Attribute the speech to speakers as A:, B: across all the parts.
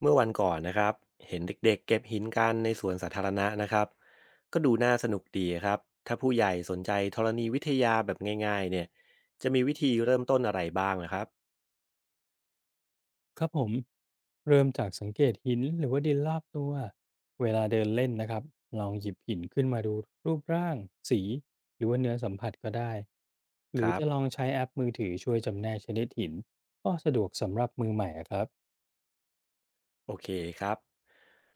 A: เมื่อวันก่อนนะครับเห็นเด็กๆเก็บหินกันในสวนสาธารณะนะครับก็ดูน่าสนุกดีครับถ้าผู้ใหญ่สนใจธรณีวิทยาแบบง่ายๆเนี่ยจะมีวิธีเริ่มต้นอะไรบ้างนะครับ
B: ครับผมเริ่มจากสังเกตหินหรือว่าดินรอบตัวเวลาเดินเล่นนะครับลองหยิบหินขึ้นมาดูรูปร่างสีหรือว่าเนื้อสัมผัสก็ได้ห
A: ค
B: รือ
A: รับ
B: จะลองใช้แอปมือถือช่วยจำแนกชนิดหินก็สะดวกสำหรับมือใหม่อะครับ
A: โอเคครับ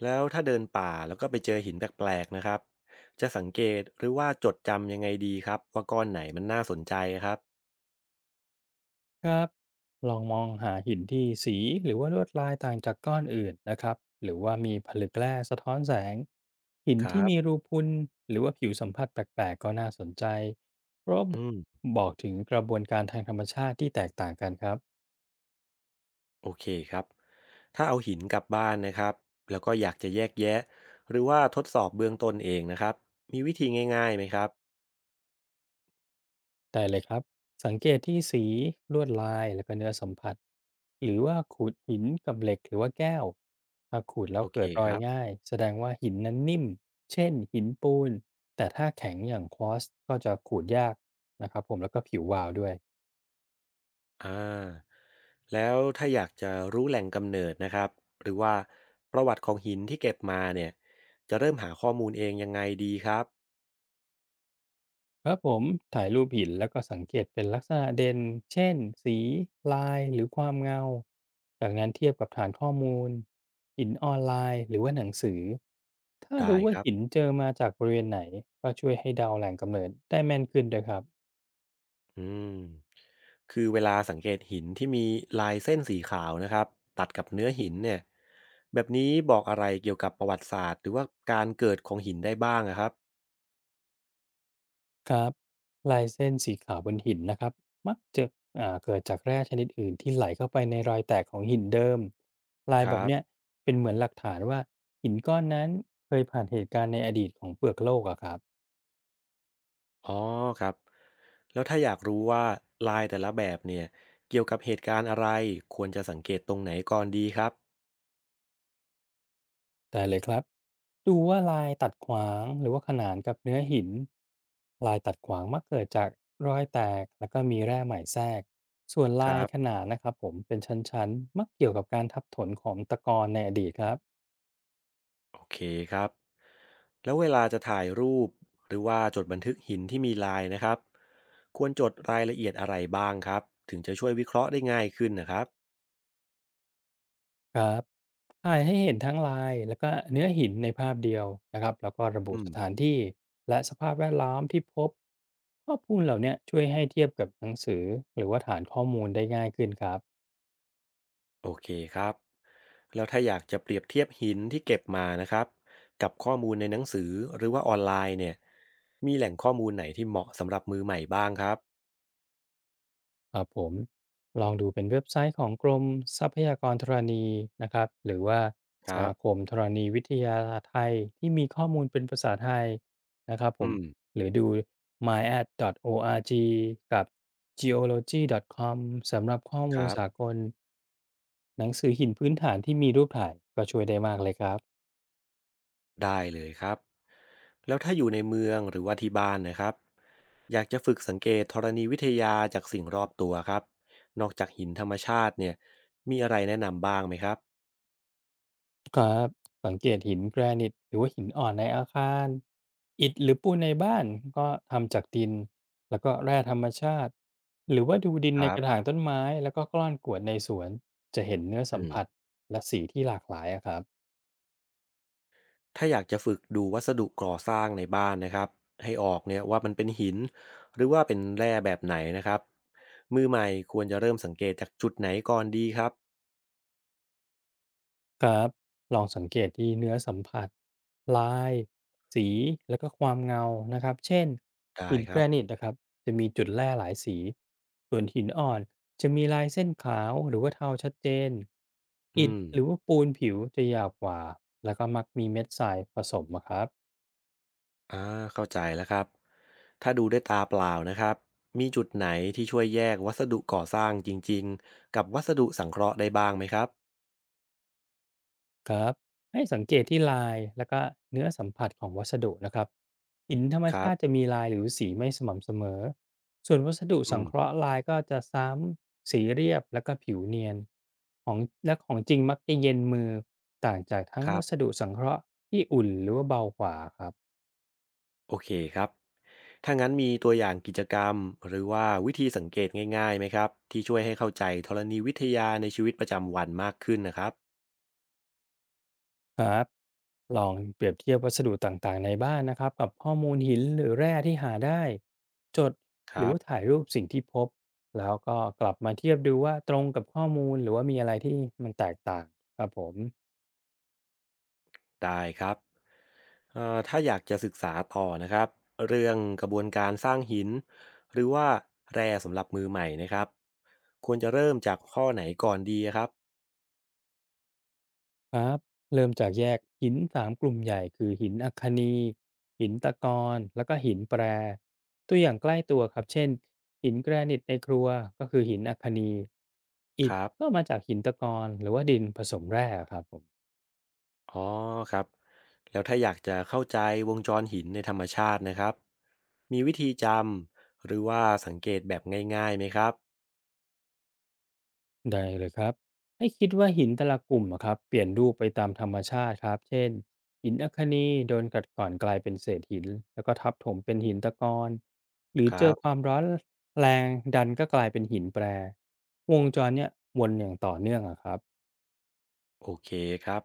A: แล้วถ้าเดินป่าแล้วก็ไปเจอหินแปลกๆนะครับจะสังเกตหรือว่าจดจำยังไงดีครับว่าก้อนไหนมันน่าสนใจครับ
B: ครับลองมองหาหินที่สีหรือว่าลวดลายต่างจากก้อนอื่นนะครับหรือว่ามีผลึกแร่สะท้อนแสงหิน
A: ครั
B: ที่มี
A: บ
B: รูพุนหรือว่าผิวสัมผัสแปลกๆก็น่าสนใจเพราะ
A: อืม
B: บอกถึงกระบวนการทางธรรมชาติที่แตกต่างกันครับ
A: โอเคครับถ้าเอาหินกลับบ้านนะครับแล้วก็อยากจะแยกแยะหรือว่าทดสอบเบื้องต้นเองนะครับมีวิธีง่ายๆไหมครับ
B: ได้เลยครับสังเกตที่สีลวดลายแล้วก็เนื้อสัมผัสหรือว่าขูดหินกับเหล็กหรือว่าแก้วถ้าขูดแล้
A: โอ
B: ว
A: เค
B: เกิดร
A: ค
B: อย
A: รับ
B: ง่ายแสดงว่าหินนั้นนิ่มเช่นหินปูนแต่ถ้าแข็งอย่างควอตซ์ก็จะขูดยากนะครับผมแล้วก็ผิววาวด้วย
A: อ่าแล้วถ้าอยากจะรู้แหล่งกำเนิดนะครับหรือว่าประวัติของหินที่เก็บมาเนี่ยจะเริ่มหาข้อมูลเองยังไงดีครับ
B: ครับผมถ่ายรูปหินแล้วก็สังเกตเป็นลักษณะเด่นเช่นสีลายหรือความเงาจากนั้นเทียบกับฐานข้อมูลหินออนไลน์หรือว่าหนังสือถ้า
A: ได้
B: รู้
A: ค
B: ว่า
A: รับ
B: หินเจอมาจากบริเวณไหนก็ช่วยให้เดาแหล่งกำเนิดได้แม่นขึ้นด้วยครับ
A: อืม คือเวลาสังเกตหินที่มีลายเส้นสีขาวนะครับตัดกับเนื้อหินเนี่ยแบบนี้บอกอะไรเกี่ยวกับประวัติศาสตร์หรือว่าการเกิดของหินได้บ้างอะครับ
B: ครับลายเส้นสีขาวบนหินนะครับมักจะเกิดจากแร่ชนิดอื่นที่ไหลเข้าไปในรอยแตกของหินเดิมลาย
A: ค
B: แบ
A: รั
B: บเนี้ย
A: บ
B: เป็นเหมือนหลักฐานว่าหินก้อนนั้นเคยผ่านเหตุการณ์ในอดีตของเปลือกโลกอะครับ
A: อ๋อครับแล้วถ้าอยากรู้ว่าลายแต่ละแบบเนี่ยเกี่ยวกับเหตุการณ์อะไรควรจะสังเกตตรงไหนก่อนดีครับ
B: ได้เลยครับดูว่าลายตัดขวางหรือว่าขนานกับเนื้อหินลายตัดขวางมักเกิดจากรอยแตกแล้วก็มีแร่ใหม่แทรกส่วน
A: ค
B: ลา
A: รั
B: ยข
A: บ
B: นานนะครับผมเป็นชั้นๆมักเกี่ยวกับการทับถนของตะกอนในอดีตครับ
A: โอเคครับแล้วเวลาจะถ่ายรูปหรือว่าจดบันทึกหินที่มีลายนะครับควรจดรายละเอียดอะไรบ้างครับถึงจะช่วยวิเคราะห์ได้ง่ายขึ้นนะครับ
B: ครับถ่ายให้เห็นทั้งลายแล้วก็เนื้อหินในภาพเดียวนะครับแล้วก็ระบุ
A: อื
B: สถา
A: ม
B: นที่และสภาพแวดล้อมที่พบข้อมูลเหล่าเนี้ยช่วยให้เทียบกับหนังสือหรือว่าฐานข้อมูลได้ง่ายขึ้นครับ
A: โอเคครับแล้วถ้าอยากจะเปรียบเทียบหินที่เก็บมานะครับกับข้อมูลในหนังสือหรือว่าออนไลน์เนี่ยมีแหล่งข้อมูลไหนที่เหมาะสำหรับมือใหม่บ้างครับ
B: ครับผมลองดูเป็นเว็บไซต์ของกรมทรัพยากรธรณีนะครับหรือว่า
A: ค
B: ส
A: รับ
B: มาคมธรณีวิทยาไทยที่มีข้อมูลเป็นภาษาไทยนะครับผ
A: อื
B: ม
A: ม
B: หรือดู myat.org กับ geology.com สำหรับข้อ
A: ค
B: มูล
A: รั
B: สา
A: บ
B: กลหนังสือหินพื้นฐานที่มีรูปถ่ายก็ช่วยได้มากเลยครับ
A: ได้เลยครับแล้วถ้าอยู่ในเมืองหรือว่าที่บ้านนะครับอยากจะฝึกสังเกตธรณีวิทยาจากสิ่งรอบตัวครับนอกจากหินธรรมชาติเนี่ยมีอะไรแนะนำบ้างไหมครับ
B: ครับสังเกตหินแกรนิตหรือว่าหินอ่อนในอาคารอิฐหรือปูนในบ้านก็ทำจากดินแล้วก็แร่ธรรมชาติหรือว่าดูดิน
A: ค
B: ใน
A: รั
B: ก
A: บ
B: ระถางต้นไม้แล้วก็กล้อนกรวดในสวนจะเห็นเนื้อสั
A: อื
B: ม
A: ม
B: ผัสและสีที่หลากหลายอะครับ
A: ถ้าอยากจะฝึกดูวัสดุก่อสร้างในบ้านนะครับให้ออกเนี่ยว่ามันเป็นหินหรือว่าเป็นแร่แบบไหนนะครับมือใหม่ควรจะเริ่มสังเกตจากจุดไหนก่อนดีครับ
B: ครับลองสังเกตที่เนื้อสัมผัสลายสีแล้วก็ความเงานะครับเช่น
A: ได้
B: หิน
A: ค
B: แก
A: รั
B: ร
A: บ
B: นิตนะครับจะมีจุดแร่หลายสีส่วนหินอ่อนจะมีลายเส้นขาวหรือว่าเทาชัดเจน
A: อื
B: อิฐ
A: ม
B: หรือว่าปูนผิวจะหยาบกว่าแล้วก็มักมีเม็ดทรายผสมอะครับ
A: อ่าเข้าใจแล้วครับถ้าดูด้วยตาเปล่านะครับมีจุดไหนที่ช่วยแยกวัสดุก่อสร้างจริงๆกับวัสดุสังเคราะห์ได้บ้างไหมครับ
B: ครับให้สังเกตที่ลายแล้วก็เนื้อสัมผัสของวัสดุนะครับหินธรรม
A: ครั
B: ชาติจะ
A: บ
B: มีลายหรือสีไม่สม่ำเสมอส่วนวัสดุ
A: อื
B: สัง
A: ม
B: เคราะห์ลายก็จะซ้ำสีเรียบแล้วก็ผิวเนียนของและของจริงมักจะเย็นมือต่างจากทั้ง
A: ครั
B: วัส
A: บ
B: ดุสังเคราะห์ที่อุ่นหรือว่าเบากว่าครับ
A: โอเคครับถ้างั้นมีตัวอย่างกิจกรรมหรือว่าวิธีสังเกตง่ายๆไหมครับที่ช่วยให้เข้าใจธรณีวิทยาในชีวิตประจำวันมากขึ้นนะครับ
B: ครับลองเปรียบเทียบวัสดุต่างๆในบ้านนะครับกับข้อมูลหินหรือแร่ที่หาได้จด
A: ค
B: หรือ
A: รับ
B: ว่าถ่ายรูปสิ่งที่พบแล้วก็กลับมาเทียบดูว่าตรงกับข้อมูลหรือว่ามีอะไรที่มันแตกต่างครับผม
A: ได้ครับถ้าอยากจะศึกษาต่อนะครับเรื่องกระบวนการสร้างหินหรือว่าแร่สำหรับมือใหม่นะครับควรจะเริ่มจากข้อไหนก่อนดีครับ
B: ครับเริ่มจากแยกหินสามกลุ่มใหญ่คือหินอัคคนีหินตะกอนแล้วก็หินแปรตัวอย่างใกล้ตัวครับเช่นหินแกรนิตในครัวก็คือหินอัคคนีอิ
A: ค
B: ฐ
A: รับ
B: ก็มาจากหินตะกอนหรือว่าดินผสมแร่ครับผม
A: อ๋อครับแล้วถ้าอยากจะเข้าใจวงจรหินในธรรมชาตินะครับมีวิธีจำหรือว่าสังเกตแบบง่ายๆไหมครับ
B: ได้เลยครับ ให้คิดว่าหินแต่ละกลุ่มอะครับเปลี่ยนรูปไปตามธรรมชาติครับ เช่นหินอัคนีโดนกัดกร่อนกลายเป็นเศษหินแล้วก็ทับถมเป็นหินตะกอนหรือ
A: ค
B: เจ
A: รั
B: อควา
A: บ
B: มร้อนแรงดันก็กลายเป็นหินแปรวงจรเนี่ยวนอย่างต่อเนื่องอะครับ
A: โอเคครับ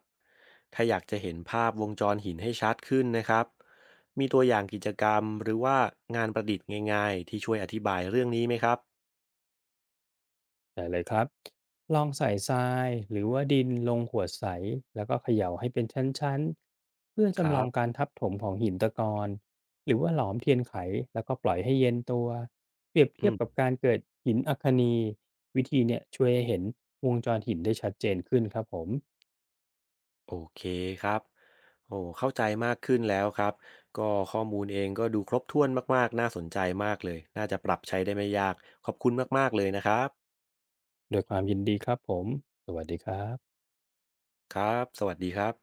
A: ถ้าอยากจะเห็นภาพวงจรหินให้ชัดขึ้นนะครับมีตัวอย่างกิจกรรมหรือว่างานประดิษฐ์ง่ายๆที่ช่วยอธิบายเรื่องนี้ไหมครับ
B: ได้เลยครับลองใส่ทรายหรือว่าดินลงขวดใสแล้วก็เขย่าให้เป็นชั้นๆเพื่อ
A: ครั
B: จำลอง
A: บ
B: การทับถมของหินตะกอนหรือว่าหลอมเทียนไขแล้วก็ปล่อยให้เย็นตัวเปรียบ
A: อื
B: เทียบ
A: ม
B: กับการเกิดหินอัคคนีวิธีเนี่ยช่วยให้เห็นวงจรหินได้ชัดเจนขึ้นครับผม
A: โอเคครับโอ้เข้าใจมากขึ้นแล้วครับก็ข้อมูลเองก็ดูครบถ้วนมากๆน่าสนใจมากเลยน่าจะปรับใช้ได้ไม่ยากขอบคุณมากๆเลยนะครับ
B: โดยความยินดีครับผมสวัสดีครับ
A: ครับสวัสดีครับ